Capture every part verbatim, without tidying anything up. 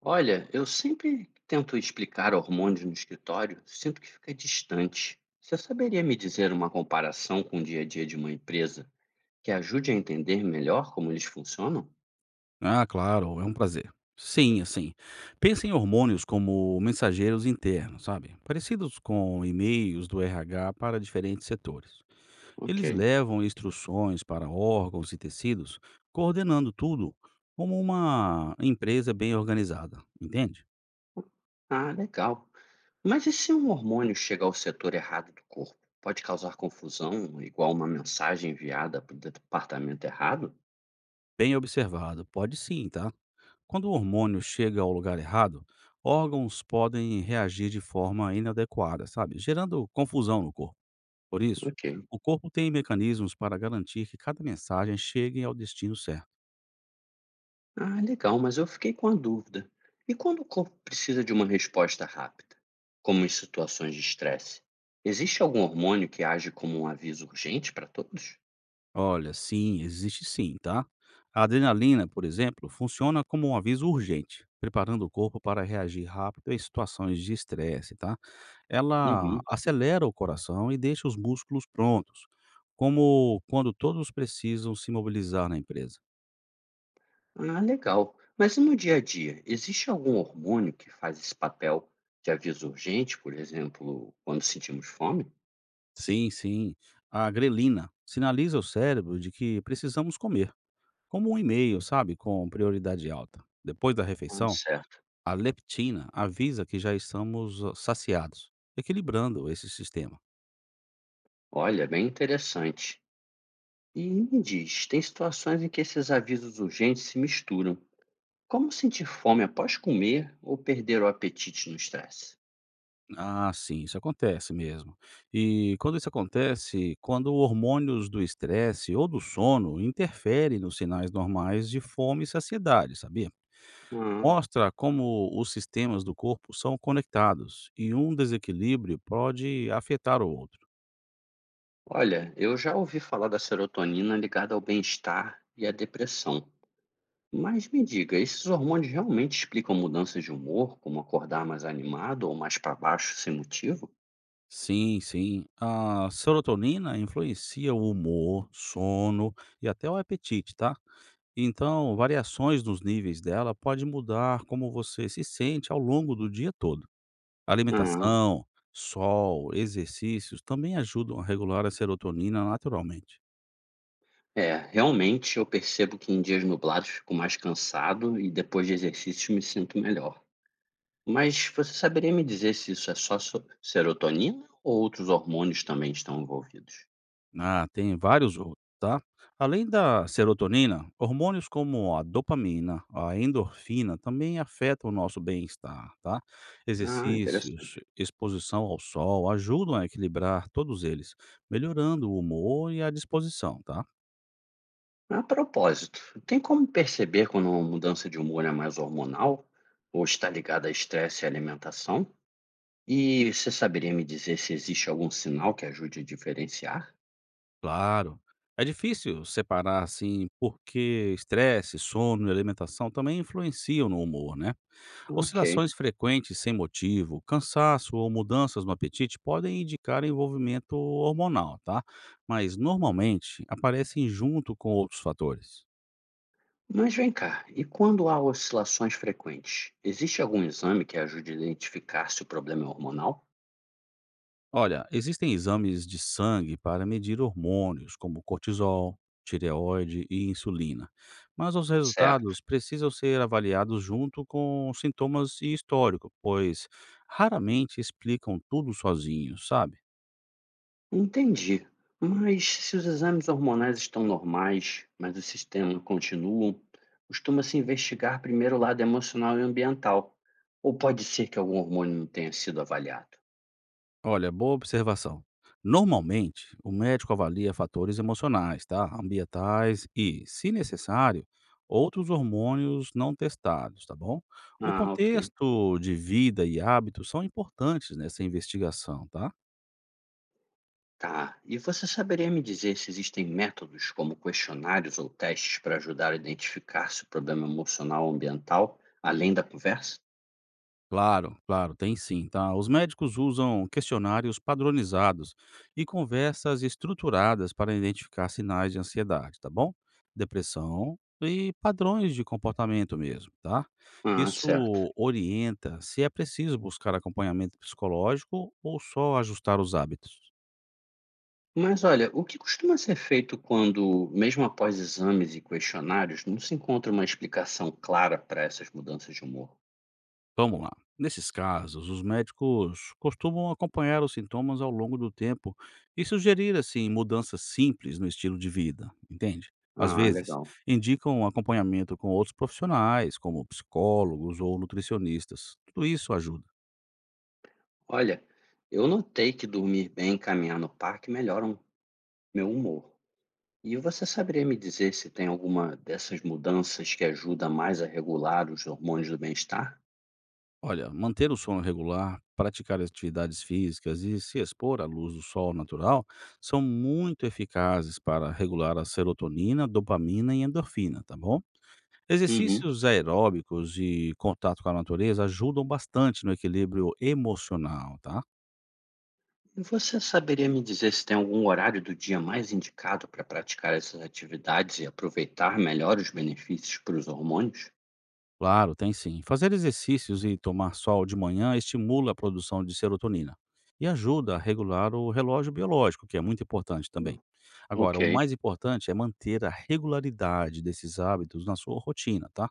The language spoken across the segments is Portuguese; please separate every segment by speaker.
Speaker 1: Olha, eu sempre tento explicar hormônios no escritório, sinto que fica distante. Você saberia me dizer uma comparação com o dia a dia de uma empresa que ajude a entender melhor como eles funcionam?
Speaker 2: Ah, claro, é um prazer. Sim, assim, pensa em hormônios como mensageiros internos, sabe? Parecidos com e-mails do R H para diferentes setores.
Speaker 1: Ok.
Speaker 2: Eles levam instruções para órgãos e tecidos, coordenando tudo como uma empresa bem organizada, entende?
Speaker 1: Ah, legal. Mas e se um hormônio chega ao setor errado do corpo? Pode causar confusão, igual uma mensagem enviada para o departamento errado?
Speaker 2: Bem observado, pode sim, tá? Quando o hormônio chega ao lugar errado, órgãos podem reagir de forma inadequada, sabe? Gerando confusão no corpo. Por isso,
Speaker 1: Ok.
Speaker 2: o corpo tem mecanismos para garantir que cada mensagem chegue ao destino certo.
Speaker 1: Ah, legal, mas eu fiquei com a dúvida. E quando o corpo precisa de uma resposta rápida, como em situações de estresse? Existe algum hormônio que age como um aviso urgente para todos?
Speaker 2: Olha, sim, existe sim, tá? A adrenalina, por exemplo, funciona como um aviso urgente, preparando o corpo para reagir rápido em situações de estresse, tá? Ela
Speaker 1: Uhum.
Speaker 2: acelera o coração e deixa os músculos prontos, como quando todos precisam se mobilizar na empresa.
Speaker 1: Ah, legal. Mas e no dia a dia, existe algum hormônio que faz esse papel de aviso urgente, por exemplo, quando sentimos fome?
Speaker 2: Sim, sim. A grelina sinaliza o cérebro de que precisamos comer como um e-mail, sabe, com prioridade alta. Depois da
Speaker 1: Ah,
Speaker 2: refeição,
Speaker 1: certo.
Speaker 2: a leptina avisa que já estamos ah, saciados, equilibrando esse sistema.
Speaker 1: Olha, bem interessante. E me diz, tem situações em que esses avisos urgentes se misturam. Como sentir fome após comer ou perder o apetite no estresse?
Speaker 2: Ah, sim, isso acontece mesmo. E quando isso acontece, quando hormônios do estresse ou do sono interferem nos sinais normais de fome e saciedade, sabia?
Speaker 1: Ah,
Speaker 2: Mostra como os sistemas do corpo são conectados e um desequilíbrio pode afetar o outro.
Speaker 1: olha, eu já ouvi falar da serotonina ligada ao bem-estar e à depressão. Mas me diga, esses hormônios realmente explicam mudanças de humor, como acordar mais animado ou mais para baixo sem motivo?
Speaker 2: Sim, sim. A serotonina influencia o humor, sono e até o apetite, tá? Então, variações nos níveis dela pode mudar como você se sente ao longo do dia todo.
Speaker 1: Ah,
Speaker 2: Alimentação, sol, exercícios também ajudam a regular a serotonina naturalmente.
Speaker 1: é, realmente eu percebo que em dias nublados fico mais cansado e depois de exercício me sinto melhor. Mas você saberia me dizer se isso é só so- serotonina ou outros hormônios também estão envolvidos?
Speaker 2: Ah, tem vários outros, tá? Além da serotonina, hormônios como a dopamina, a endorfina também afetam o nosso bem-estar, tá?
Speaker 1: Ah,
Speaker 2: Exercícios,
Speaker 1: interessante.
Speaker 2: exposição ao sol ajudam a equilibrar todos eles, melhorando o humor e a disposição, tá?
Speaker 1: A propósito, tem como perceber quando uma mudança de humor é mais hormonal ou está ligada a estresse e alimentação? E você saberia me dizer se existe algum sinal que ajude a diferenciar?
Speaker 2: Claro. É difícil separar assim, porque estresse, sono e alimentação também influenciam no humor, né?
Speaker 1: Ok.
Speaker 2: Oscilações frequentes sem motivo, cansaço ou mudanças no apetite podem indicar envolvimento hormonal, tá? Mas normalmente aparecem junto com outros fatores.
Speaker 1: Mas vem cá, e quando há oscilações frequentes, existe algum exame que ajude a identificar se o problema é hormonal?
Speaker 2: Olha, existem exames de sangue para medir hormônios como cortisol, tireoide e insulina, mas os
Speaker 1: Certo.
Speaker 2: resultados precisam ser avaliados junto com sintomas e histórico, pois raramente explicam tudo sozinhos, sabe?
Speaker 1: Entendi. Mas se os exames hormonais estão normais, mas o sistema continua, costuma-se investigar primeiro o lado emocional e ambiental. Ou pode ser que algum hormônio não tenha sido avaliado.
Speaker 2: Olha, boa observação. Normalmente, o médico avalia fatores emocionais, tá? Ambientais e, se necessário, outros hormônios não testados, tá bom? O
Speaker 1: Ah, ok.
Speaker 2: contexto de vida e hábitos são importantes nessa investigação, tá?
Speaker 1: Tá. E você saberia me dizer se existem métodos como questionários ou testes para ajudar a identificar se o problema emocional ou ambiental, além da conversa?
Speaker 2: Claro, claro, tem sim, tá? Os médicos usam questionários padronizados e conversas estruturadas para identificar sinais de ansiedade, tá bom? Depressão e padrões de comportamento mesmo, tá?
Speaker 1: Ah, certo.
Speaker 2: Isso orienta se é preciso buscar acompanhamento psicológico ou só ajustar os hábitos.
Speaker 1: Mas olha, o que costuma ser feito quando, mesmo após exames e questionários, não se encontra uma explicação clara para essas mudanças de humor?
Speaker 2: Vamos lá. Nesses casos, os médicos costumam acompanhar os sintomas ao longo do tempo e sugerir, assim, mudanças simples no estilo de vida, entende? Às
Speaker 1: Ah,
Speaker 2: vezes,
Speaker 1: legal.
Speaker 2: indicam acompanhamento com outros profissionais, como psicólogos ou nutricionistas. Tudo isso ajuda.
Speaker 1: Olha, eu notei que dormir bem e caminhar no parque melhoram meu humor. E você saberia me dizer se tem alguma dessas mudanças que ajuda mais a regular os hormônios do bem-estar?
Speaker 2: Olha, manter o sono regular, praticar atividades físicas e se expor à luz do sol natural são muito eficazes para regular a serotonina, dopamina e endorfina, tá bom?
Speaker 1: Uhum.
Speaker 2: Exercícios aeróbicos e contato com a natureza ajudam bastante no equilíbrio emocional, tá?
Speaker 1: E você saberia me dizer se tem algum horário do dia mais indicado para praticar essas atividades e aproveitar melhor os benefícios para os hormônios?
Speaker 2: Claro, tem sim. Fazer exercícios e tomar sol de manhã estimula a produção de serotonina e ajuda a regular o relógio biológico, que é muito importante também. Agora,
Speaker 1: Ok.
Speaker 2: o mais importante é manter a regularidade desses hábitos na sua rotina, tá?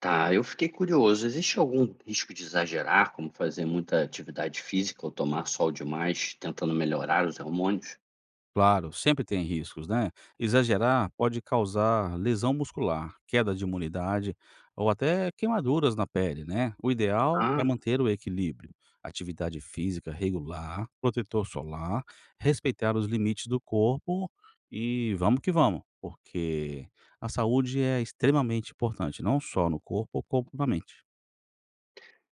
Speaker 1: Tá, eu fiquei curioso. Existe algum risco de exagerar, como fazer muita atividade física ou tomar sol demais, tentando melhorar os hormônios?
Speaker 2: Claro, sempre tem riscos, né? Exagerar pode causar lesão muscular, queda de imunidade ou até queimaduras na pele, né? O ideal é
Speaker 1: Ah,
Speaker 2: manter o equilíbrio, atividade física regular, protetor solar, respeitar os limites do corpo e vamos que vamos, porque a saúde é extremamente importante, não só no corpo, como na mente.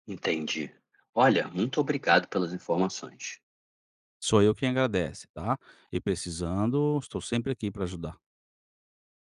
Speaker 1: entendi. Olha, muito obrigado pelas informações.
Speaker 2: Sou eu quem agradece, tá? E precisando, estou sempre aqui para ajudar.